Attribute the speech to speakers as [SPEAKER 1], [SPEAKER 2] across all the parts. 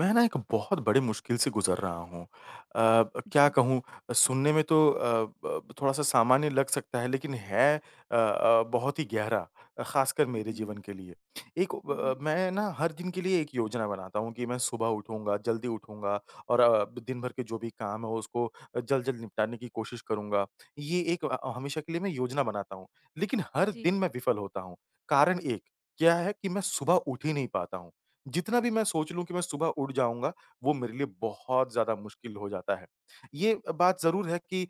[SPEAKER 1] मैं ना एक बहुत बड़ी मुश्किल से गुज़र रहा हूँ।
[SPEAKER 2] जी।
[SPEAKER 1] क्या कहूँ? सुनने में तो अ, ब थोड़ा-सा सामान्य लग सकता है, लेकिन है बहुत ही गहरा, ख़ासकर मेरे
[SPEAKER 2] हुँ,
[SPEAKER 1] जीवन के लिए। एक ब
[SPEAKER 2] हुँ, हुँ।
[SPEAKER 1] मैं ना हर दिन के लिए एक योजना बनाता हूँ कि मैं सुबह उठूँगा, जल्दी उठूँगा और दिन भर के जो भी काम है उसको जल्द-जल्द निपटाने की कोशिश करूँगा। ये एक हमेशा के लिए मैं योजना बनाता हूँ। लेकिन हर
[SPEAKER 2] जी,
[SPEAKER 1] दिन मैं विफ़ल होता हूँ। कारण एक क्या है कि मैं सुबह उठ ही नहीं पाता हूँ। जितना भी मैं सोच लूँ कि मैं सुबह उठ जाऊँगा, वो मेरे लिए बहुत ज़्यादा मुश्किल हो जाता है। ये बात ज़रूर है कि अ,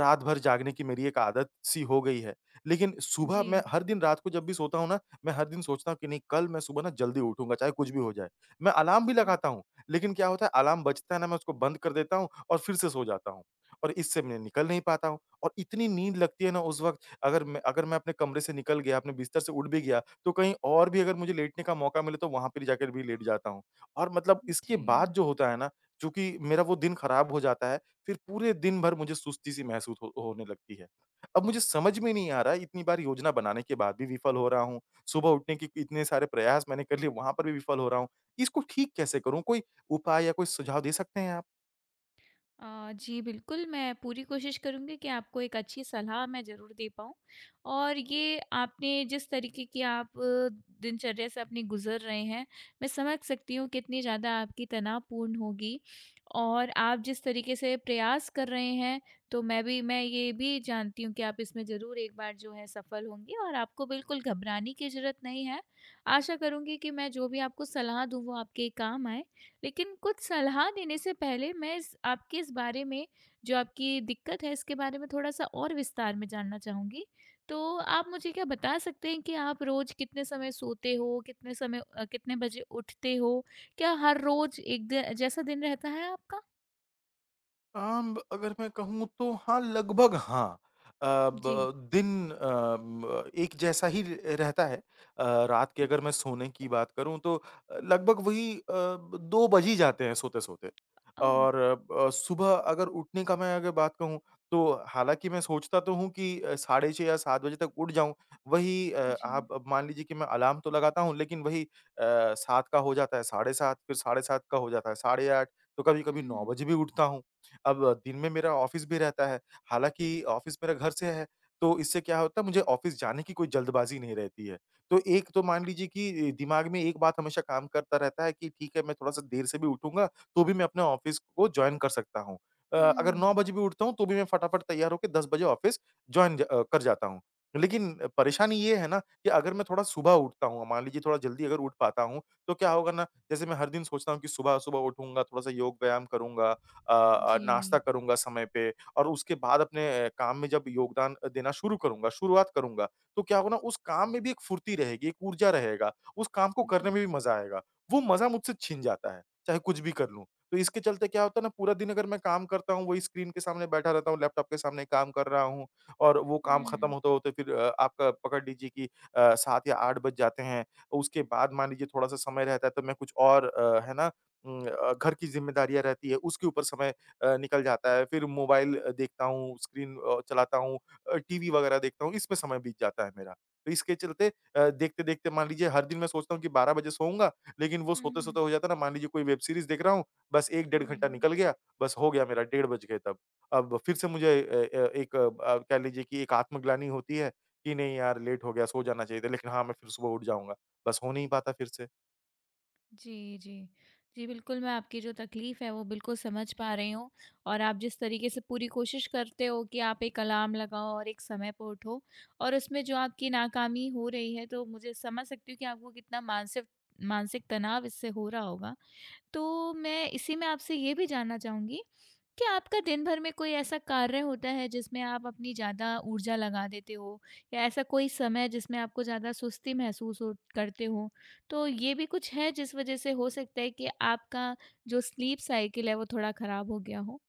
[SPEAKER 1] रात भर जागने की मेरी एक आदत-सी हो गई है, लेकिन सुबह
[SPEAKER 2] जी।
[SPEAKER 1] मैं हर दिन रात को जब भी सोता हूँ ना, मैं हर दिन सोचता हूँ कि नहीं, कल मैं सुबह ना जल्दी उठूँगा, चाहे कुछ भी हो जाए। मैं अलार्म भी
[SPEAKER 2] हुँ,
[SPEAKER 1] लगाता हूँ, लेकिन क्या होता है, अलार्म बजता है ना, मैं उसको बंद कर देता हूँ और फिर से सो जाता हूँ और इससे मैं निकल नहीं पाता हूँ और इतनी नींद लगती है ना उस वक़्त, अगर मैं अपने कमरे से निकल गया, अपने बिस्तर से उठ भी गया, तो कहीं और भी अगर मुझे लेटने का मौका मिले तो वहाँ पे जाकर भी लेट जाता हूँ। और मतलब
[SPEAKER 2] हुँ,
[SPEAKER 1] इसके
[SPEAKER 2] जी।
[SPEAKER 1] बाद जो होता है ना, चूँकि मेरा वो दिन खराब हो जाता है, फिर पूरे दिन भर मुझे सुस्ती-सी महसूस हो होने लगती है। अब मुझे समझ में नहीं आ रहा है, इतनी बार योजना बनाने के बाद भी विफल हो रहा हूँ, सुबह उठने के इतने सारे प्रयास मैंने कर लिए, वहाँ पर भी विफल हो रहा हूँ। इसको ठीक कैसे करूँ? कोई उपाय या कोई सुझाव दे सकते हैं आप?
[SPEAKER 2] जी बिल्कुल, मैं पूरी कोशिश करूँगी कि आपको एक अच्छी सलाह मैं ज़रूर दे पाऊँ। और ये आपने जिस तरीके की आप दिनचर्या से अपनी गुज़र रहे हैं, मैं समझ सकती हूँ कितनी ज़्यादा आपकी तनावपूर्ण होगी। और आप जिस तरीके से प्रयास कर रहे हैं, तो मैं ये भी जानती हूँ कि आप इसमें ज़रूर एक बार जो है सफल होंगे और आपको बिल्कुल घबराने की ज़रूरत नहीं है। आशा करूँगी कि मैं जो भी आपको सलाह दूँ, वो आपके काम आए। लेकिन कुछ सलाह देने से पहले मैं इस आपके इस बारे में, जो आपकी दिक्कत है इसके बारे में, थोड़ा-सा और विस्तार में जानना चाहूँगी। तो आप मुझे क्या बता सकते हैं कि आप रोज़ कितने समय सोते हो? कितने बजे उठते हो? क्या हर रोज़ एक द जैसा दिन रहता है आपका?
[SPEAKER 1] आम अगर मैं कहूँ तो हाँ, लगभग हाँ। अ,
[SPEAKER 2] जी।
[SPEAKER 1] ब दिन अ, म एक जैसा ही र रहता है। रात के
[SPEAKER 2] हुँ,
[SPEAKER 1] अगर मैं सोने की बात करूँ तो लगभग वही 2 बज ही जाते हैं सोते-सोते।
[SPEAKER 2] ओह!
[SPEAKER 1] और सुबह अगर उठने का मैं अगर बात कहूँ तो हालाँकि मैं सोचता तो हूँ कि साढ़े 6 या 7 बजे तक उठ जाऊँ। वही
[SPEAKER 2] जी।
[SPEAKER 1] आप अब मान लीजिए कि मैं अलार्म तो लगाता हूँ, लेकिन वही 7 का हो जाता है, साढ़े 7, फिर साढ़े 7 का हो जाता है, साढ़े 8, तो
[SPEAKER 2] हुँ,
[SPEAKER 1] कभी-कभी 9
[SPEAKER 2] हुँ।
[SPEAKER 1] बजे भी उठता हूँ। अब दिन में मेरा ऑफ़िस भी रहता है, हालाँकि ऑफ़िस मेरा घर से है, तो इससे क्या होता है, मुझे ऑफ़िस जाने की कोई जल्दबाज़ी नहीं रहती है। तो एक तो मान लीजिए कि दिमाग में एक बात हमेशा काम करता रहता है कि ठीक है, मैं थोड़ा-सा देर से भी उठूँगा, तो भी मैं अपने ऑफ़िस को जॉइन कर सकता हूँ।
[SPEAKER 2] हुँ,
[SPEAKER 1] अगर 9
[SPEAKER 2] हुँ।
[SPEAKER 1] बजे भी उठता हूँ, तो भी मैं फटाफट तैयार होके 10 बजे ऑफ़िस जॉइन कर जाता हूँ। लेकिन परेशानी ये है ना कि अगर मैं थोड़ा सुबह उठता हूँ, मान लीजिए थोड़ा जल्दी अगर उठ पाता हूँ, तो क्या होगा ना, जैसे मैं हर दिन सोचता हूँ कि सुबह-सुबह उठूँगा, थोड़ा-सा योग व्यायाम करूँगा, नाश्ता
[SPEAKER 2] जी।
[SPEAKER 1] करूँगा समय पे और उसके बाद अपने काम में जब योगदान देना शुरू करूँगा, शुरुआत करूँगा, तो क्या होगा ना, उस काम में भी एक फुर्ती रहेगी, एक ऊर्जा रहेगा, उस काम को
[SPEAKER 2] जी।
[SPEAKER 1] करने में भी मज़ा आएगा। वो मज़ा मुझसे छिन जाता है, चाहे कुछ भी कर लूँ। तो इसके चलते क्या होता है ना, पूरा दिन अगर मैं काम करता हूँ, वही स्क्रीन के सामने बैठा रहता हूँ, लैपटॉप के सामने काम कर रहा हूँ और वो काम खत्म
[SPEAKER 2] हुँ।
[SPEAKER 1] होते-होते फिर आपका पकड़ लीजिए कि 7 या 8 बज जाते हैं। उसके बाद मान लीजिए थोड़ा-सा समय रहता है, तो मैं कुछ और है ना, घर की ज़िम्मेदारियाँ रहती है, उसके ऊपर समय निकल जाता है। फिर मोबाइल देखता हूँ, स्क्रीन चलाता हूँ, टीवी वगैरह देखता हूँ, इसमें समय बीत जाता है मेरा। तो इसके चलते देखते-देखते मान लीजिए हर दिन मैं सोचता हूँ कि 12 बजे सोऊँगा, लेकिन वो
[SPEAKER 2] हुँ, हुँ।
[SPEAKER 1] सोते-सोते हो जाता है ना, मान लीजिए कोई वेब सीरीज़ देख रहा हूँ, बस 1 डेढ़ घंटा
[SPEAKER 2] हुँ।
[SPEAKER 1] निकल गया, बस हो गया मेरा, डेढ़ बज गए तब। अब फिर से मुझे एक कह लीजिए कि एक आत्मग्लानि होती है कि नहीं यार, लेट हो गया, सो जाना चाहिए था, लेकिन हाँ, मैं फिर सुबह उठ जाऊँगा। बस हो नहीं पाता फिर से।
[SPEAKER 2] जी, जी। जी, बिल्कुल, मैं आपकी जो तकलीफ़ है वो बिल्कुल समझ पा रही हूँ, और आप जिस तरीके से पूरी कोशिश करते हो कि आप एक अलार्म लगाओ और एक समय पे उठो, और उसमें जो आपकी नाकामी हो रही है, तो मुझे समझ सकती हूँ कि आपको कितना मानसिक मानसिक तनाव इससे हो रहा होगा। तो मैं इसी में आपसे ये भी जानना चाहूँगी कि आपका दिन भर में कोई ऐसा कार्य होता है जिसमें आप अपनी ज़्यादा ऊर्जा लगा देते हो, या ऐसा कोई समय जिसमें आपको ज़्यादा सुस्ती महसूस हो करते हो, तो ये भी कुछ है जिस वजह से हो सकता है कि आपका जो स्लीप साइकिल है वो थोड़ा ख़राब हो गया हो?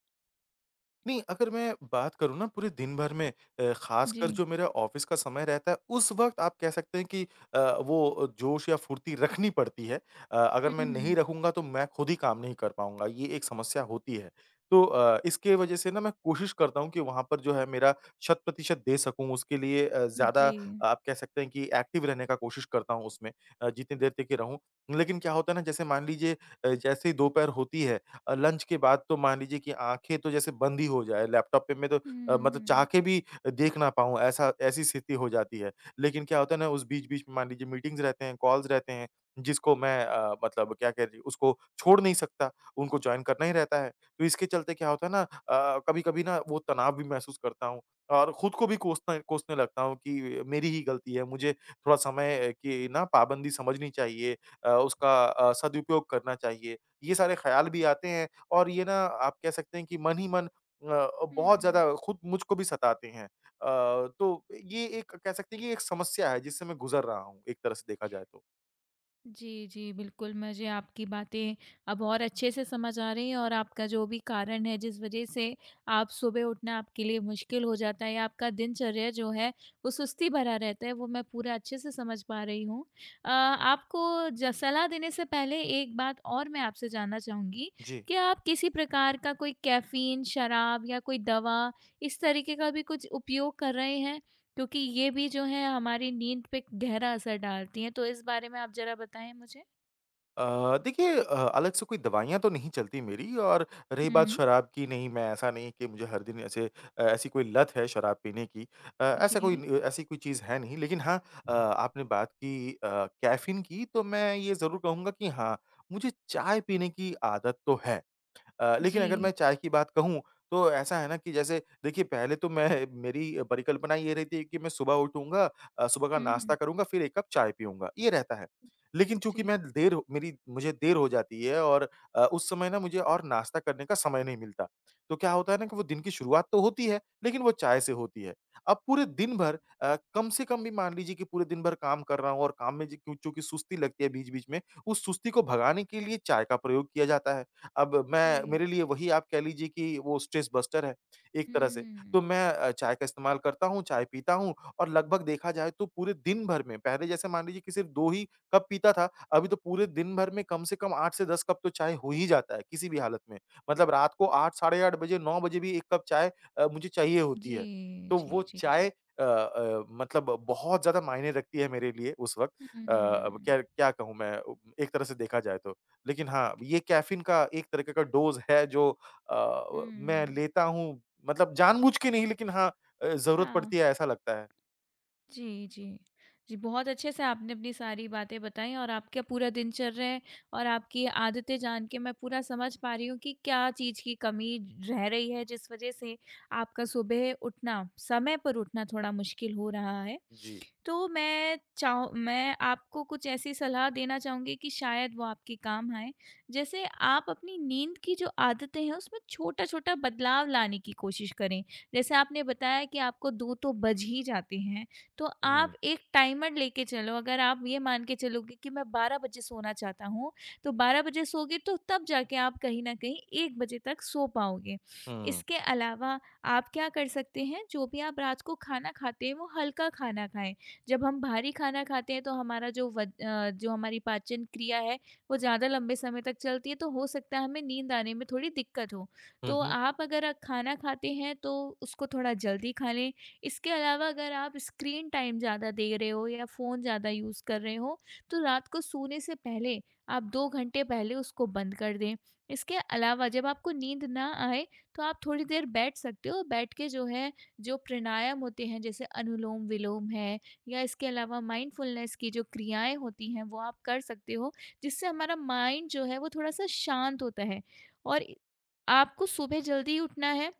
[SPEAKER 1] नहीं, अगर मैं बात करूँ ना पूरे दिन भर में,
[SPEAKER 2] जी।
[SPEAKER 1] ख़ासकर जो मेरा ऑफ़िस का समय रहता है, उस वक़्त आप कह सकते हैं कि वो जोश या फुर्ती रखनी पड़ती है। अगर
[SPEAKER 2] हुँ,
[SPEAKER 1] मैं नहीं
[SPEAKER 2] हुँ।
[SPEAKER 1] रखूँगा तो मैं खुद ही काम नहीं कर पाऊँगा, ये एक समस्या होती है। तो इसके वज़ह से ना मैं कोशिश करता हूँ कि वहाँ पर जो है मेरा शत प्रतिशत दे सकूँ, उसके लिए
[SPEAKER 2] जी।
[SPEAKER 1] ज़्यादा आप कह सकते हैं कि एक्टिव रहने का कोशिश करता हूँ उसमें, जितनी देर तक ही रहूँ। लेकिन क्या होता है ना, जैसे मान लीजिए जैसे ही दोपहर होती है, लंच के बाद तो मान लीजिए कि आँखें तो जैसे बंद ही हो जाए लैपटॉप पे, मैं तो
[SPEAKER 2] हुँ,
[SPEAKER 1] मतलब चाह
[SPEAKER 2] हुँ।
[SPEAKER 1] के भी देख ना पाऊँ, ऐसा ऐसी स्थिति हो जाती है। लेकिन क्या होता है ना, उस बीच-बीच में मान लीजिए मीटिंग्स रहते हैं, कॉल्स रहते हैं, जिसको मैं मतलब क्या कह लीजिए, उसको छोड़ नहीं सकता, उनको जॉइन करना ही रहता है। तो इसके चलते क्या होता है ना, कभी-कभी ना वो तनाव भी महसूस करता हूँ और खुद को भी कोसता कोसने लगता हूँ कि मेरी ही गलती है, मुझे थोड़ा समय की ना पाबंदी समझनी चाहिए, उसका सदुपयोग करना चाहिए। ये सारे ख़्याल भी आते हैं और ये ना आप कह सकते हैं कि मन ही मन बहुत
[SPEAKER 2] हुँ।
[SPEAKER 1] ज़्यादा खुद मुझको भी सताते हैं। तो ये एक कह सकते हैं कि एक समस्या है जिससे मैं गुज़र रहा हूँ, एक तरह से देखा जाए तो।
[SPEAKER 2] जी, जी। बिल्कुल, मुझे आपकी बातें अब और अच्छे से समझ आ रही हैं, और आपका जो भी कारण है जिस वज़ह से आप सुबह उठना आपके लिए मुश्किल हो जाता है, या आपका दिनचर्या जो है वो सुस्ती भरा रहता है, वो मैं पूरा अच्छे से समझ पा रही हूँ। आपको ज सलाह देने से पहले एक बात और मैं आपसे जानना चाहूँगी,
[SPEAKER 1] जी।
[SPEAKER 2] क्या आप किसी प्रकार का कोई कैफ़ीन, शराब या कोई दवा, इस तरीके का भी कुछ उपयोग कर रहे हैं? क्योंकि ये भी जो है हमारी नींद पे गहरा असर डालती हैं, तो इस बारे में आप ज़रा बताएँ मुझे?
[SPEAKER 1] अ, देखिए अलग से कोई दवाइयाँ तो नहीं चलती मेरी, और रही बात
[SPEAKER 2] हुँ,
[SPEAKER 1] शराब की, नहीं, मैं ऐसा नहीं है कि मुझे हर दिन ऐसे ऐसी कोई लत है शराब पीने की। ऐसा कोई
[SPEAKER 2] जी,
[SPEAKER 1] न ऐसी कोई चीज़ है नहीं, लेकिन हाँ, आपने बात की कैफ़ीन की, तो मैं ये ज़रूर कहूँगा कि हाँ, मुझे चाय पीने की आदत तो है। लेकिन अगर मैं
[SPEAKER 2] जी।
[SPEAKER 1] चाय की बात कहूँ, तो ऐसा है ना कि जैसे देखिए, पहले तो मैं मेरी परिकल्पना ये रहती है कि मैं सुबह उठूँगा, सुबह का
[SPEAKER 2] हुँ,
[SPEAKER 1] नाश्ता
[SPEAKER 2] हुँ,
[SPEAKER 1] करूँगा, फिर 1 कप चाय पीऊँगा, ये रहता है। लेकिन चूँकि
[SPEAKER 2] जी,
[SPEAKER 1] मैं देर हो मेरी मुझे देर हो जाती है और उस समय ना मुझे और नाश्ता करने का समय नहीं मिलता। तो क्या होता है ना कि वो दिन की शुरुआत तो होती है, लेकिन वो चाय से होती है। अब पूरे दिन भर कम से कम भी मान लीजिए कि पूरे दिन भर काम कर रहा हूँ और काम में जी क्यों, चूँकि सुस्ती लगती है बीच-बीच में, उस सुस्ती को भगाने के लिए चाय का प्रयोग किया जाता है। अब
[SPEAKER 2] जी।
[SPEAKER 1] मैं मेरे लिए वही आप कह लीजिए कि वो स्ट्रेस बस्टर है, एक
[SPEAKER 2] हुँ,
[SPEAKER 1] तरह से।
[SPEAKER 2] हुँ,
[SPEAKER 1] तो
[SPEAKER 2] हुँ।
[SPEAKER 1] मैं चाय का इस्तेमाल करता हूँ, चाय पीता हूँ और लगभग देखा जाए तो पूरे दिन भर में पहले जैसे मान लीजिए कि सिर्फ़ 2 ही कप पीता था, अभी तो पूरे दिन भर में कम से कम 8 से 10 कप तो चाय हो ही जाता है, किसी भी हालत में। मतलब रात को 8 साढ़े 8 बजे, 9 बजे भी 1 कप चाय मुझे चाहिए होती
[SPEAKER 2] जी,
[SPEAKER 1] है। तो
[SPEAKER 2] जी,
[SPEAKER 1] वो
[SPEAKER 2] जी, जी।
[SPEAKER 1] चाय मतलब बहुत ज़्यादा मायने रखती है मेरे लिए उस वक्त।
[SPEAKER 2] हुँ, हुँ,
[SPEAKER 1] अ, अब
[SPEAKER 2] हुँ।
[SPEAKER 1] क्या क्या कहूँ मैं, एक तरह से देखा जाए तो। लेकिन हाँ, ये कैफ़ीन का एक तरीके का डोज़ है जो अ, व मैं
[SPEAKER 2] हुँ,
[SPEAKER 1] लेता हूँ, मतलब जानबूझ के नहीं, लेकिन हाँ, ज़रूरत
[SPEAKER 2] हाँ।
[SPEAKER 1] पड़ती है ऐसा लगता है।
[SPEAKER 2] जी, जी। जी, बहुत अच्छे से आपने अपनी सारी बातें बताई, और आपका पूरा दिनचर्या और आपकी आदतें जान के मैं पूरा समझ पा रही हूँ कि क्या चीज़ की कमी रह रही है जिस वज़ह से आपका सुबह उठना, समय पर उठना, थोड़ा मुश्किल हो रहा है।
[SPEAKER 1] जी। जी।
[SPEAKER 2] तो मैं आपको कुछ ऐसी सलाह देना चाहूँगी कि शायद वो आपके काम आए। जैसे आप अपनी नींद की जो आदतें हैं उसमें छोटा-छोटा बदलाव लाने की कोशिश करें। जैसे आपने बताया कि आपको 2 तो बज ही जाते हैं, तो आप
[SPEAKER 1] हुँ,
[SPEAKER 2] एक टाइमर लेके चलो, अगर आप ये मान के चलोगे कि मैं 12 बजे सोना चाहता हूँ, तो 12 बजे सोगे तो तब जाके आप कहीं न कहीं 1 बजे तक सो पाओगे।
[SPEAKER 1] हुँ।
[SPEAKER 2] इसके अलावा आप क्या कर सकते हैं, जो भी आप रात को खाना खाते हैं वो हल्का खाना खाएँ। जब हम भारी खाना खाते हैं तो हमारा जो हमारी पाचन क्रिया है वो ज़्यादा लंबे समय तक चलती है, तो हो सकता है हमें नींद आने में थोड़ी दिक्कत हो।
[SPEAKER 1] हुँ,
[SPEAKER 2] तो
[SPEAKER 1] हुँ।
[SPEAKER 2] आप अगर खाना खाते हैं तो उसको थोड़ा जल्दी खा लें। इसके अलावा अगर आप स्क्रीन टाइम ज़्यादा दे रहे हो या फ़ोन ज़्यादा यूज़ कर रहे हो, तो रात को सोने से पहले आप 2 घंटे पहले उसको बंद कर दें। इसके अलावा जब आपको नींद ना आए तो आप थोड़ी देर बैठ सकते हो। बैठ के जो है, जो प्राणायाम होते हैं जैसे अनुलोम-विलोम है, या इसके अलावा माइंडफुलनेस की जो क्रियाएँ होती हैं वो आप कर सकते हो, जिससे हमारा माइंड जो है वो थोड़ा-सा शांत होता है। और आपको सुबह जल्दी उठना है,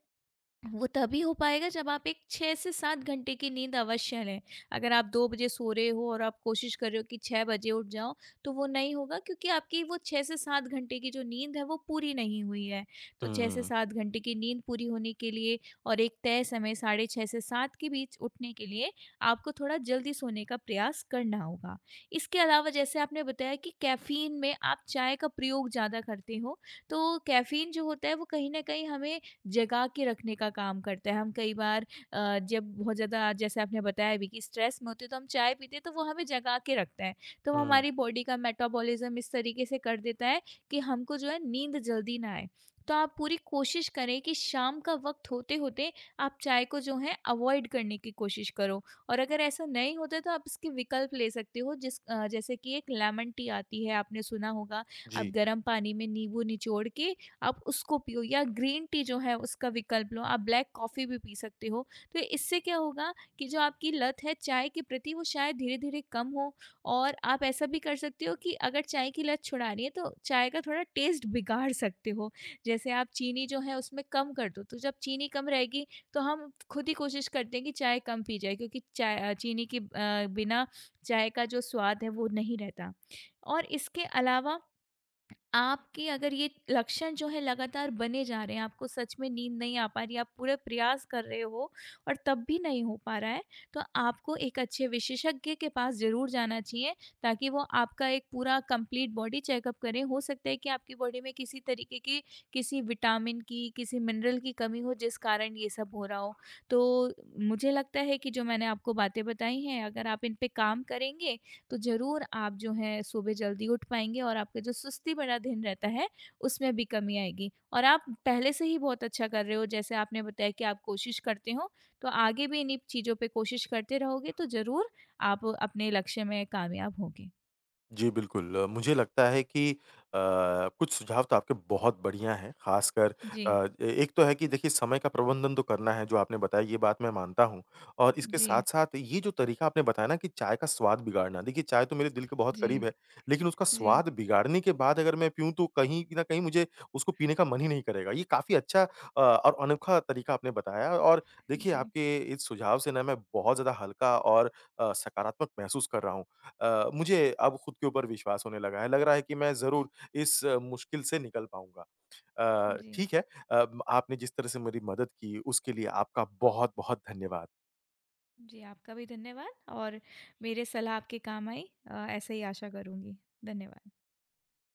[SPEAKER 2] वो तभी हो पाएगा जब आप एक 6 से 7 घंटे की नींद अवश्य लें। अगर आप 2 बजे सो रहे हो और आप कोशिश कर रहे हो कि 6 बजे उठ जाओ, तो वो नहीं होगा, क्योंकि आपकी वो 6 से 7 घंटे की जो नींद है वो पूरी नहीं हुई है। तो 6 से
[SPEAKER 1] हुँ,
[SPEAKER 2] 7 घंटे की नींद पूरी होने के लिए, और एक तय समय साढ़े 6 से 7 के बीच उठने के लिए, आपको थोड़ा जल्दी सोने का प्रयास करना होगा। इसके अलावा जैसे आपने बताया कि कैफ़ीन में आप चाय का प्रयोग ज़्यादा करते हो, तो कैफ़ीन जो होता है वो कहीं न कहीं हमें जगा के रखने का काम करता है। हम कई बार जब बहुत ज़्यादा, जैसे आपने बताया भी कि स्ट्रेस में होते हैं, तो हम चाय पीते हैं, तो वो हमें जगा के रखता है। तो वो
[SPEAKER 1] हुँ।
[SPEAKER 2] हमारी बॉडी का मेटाबॉलिज़्म इस तरीके से कर देता है कि हमको जो है नींद जल्दी ना आए। तो आप पूरी कोशिश करें कि शाम का वक़्त होते-होते आप चाय को जो है अवॉइड करने की कोशिश करो, और अगर ऐसा नहीं होता है तो आप इसके विकल्प ले सकते हो, जैसे कि एक लेमन टी आती है, आपने सुना होगा। आप
[SPEAKER 1] जी।
[SPEAKER 2] गर्म पानी में नींबू निचोड़ के आप उसको पियो, या ग्रीन टी जो है उसका विकल्प लो, आप ब्लैक कॉफ़ी भी पी सकते हो। तो इससे क्या होगा कि जो आपकी लत है चाय के प्रति, वो शायद धीरे धीरे कम हो। और आप ऐसा भी कर सकते हो कि अगर चाय की लत छुड़ानी है तो चाय का थोड़ा टेस्ट बिगाड़ सकते हो, जैसे आप चीनी जो है उसमें कम कर दो, तो जब चीनी कम रहेगी तो हम खुद ही कोशिश करते हैं कि चाय कम पी जाए, क्योंकि चाय चीनी के बिना चाय का जो स्वाद है वो नहीं रहता। और इसके अलावा, आपके अगर ये लक्षण जो है लगातार बने जा रहे हैं, आपको सच में नींद नहीं आ पा रही, आप पूरे प्रयास कर रहे हो और तब भी नहीं हो पा रहा है, तो आपको एक अच्छे विशेषज्ञ के पास ज़रूर जाना चाहिए, ताकि वो आपका एक पूरा कंप्लीट बॉडी चेकअप करें। हो सकता है कि आपकी बॉडी में किसी तरीके की, किसी विटामिन की, किसी मिनरल की कमी हो जिस कारण ये सब हो रहा हो। तो मुझे लगता है कि जो मैंने आपको बातें बताई हैं, अगर आप इन पे काम करेंगे तो ज़रूर आप जो है सुबह जल्दी उठ पाएँगे और आपका जो सुस्ती भरा दिन रहता है, उसमें भी कमी आएगी। और आप पहले से ही बहुत अच्छा कर रहे हो, जैसे आपने बताया कि आप कोशिश करते हो, तो आगे भी इन्हीं चीज़ों पे कोशिश करते रहोगे तो ज़रूर आप अपने लक्ष्य में कामयाब होंगे।
[SPEAKER 1] जी, बिल्कुल। मुझे लगता है कि अ, कुछ सुझाव तो आपके बहुत बढ़िया हैं, ख़ासकर
[SPEAKER 2] जी,
[SPEAKER 1] अ, ए एक तो है कि देखिए समय का प्रबंधन तो करना है, जो आपने बताया, ये बात मैं मानता हूँ और इसके
[SPEAKER 2] जी,
[SPEAKER 1] साथ-साथ ये जो तरीका आपने बताया ना कि चाय का स्वाद बिगाड़ना, देखिए चाय तो मेरे दिल के बहुत
[SPEAKER 2] जी,
[SPEAKER 1] करीब है, लेकिन उसका
[SPEAKER 2] जी,
[SPEAKER 1] स्वाद बिगाड़ने के बाद अगर मैं पीऊँ तो कहीं न कहीं मुझे उसको पीने का मन ही नहीं करेगा। ये काफ़ी अच्छा और अनोखा तरीका आपने बताया, और देखिए
[SPEAKER 2] जी,
[SPEAKER 1] आपके इस सुझाव से ना मैं बहुत ज़्यादा हल्का और सकारात्मक महसूस कर रहा हूँ। मुझे अब खुद के ऊपर विश्वास होने लगा है। लग रहा है कि मैं ज़रूर इस मुश्किल से निकल पाऊँगा।
[SPEAKER 2] जी,
[SPEAKER 1] ठीक है, आपने जिस तरह से मेरी मदद की उसके लिए आपका बहुत-बहुत धन्यवाद।
[SPEAKER 2] जी। आपका भी धन्यवाद, और मेरे सलाह आपके काम आई, ऐसे ही आशा करूँगी। धन्यवाद।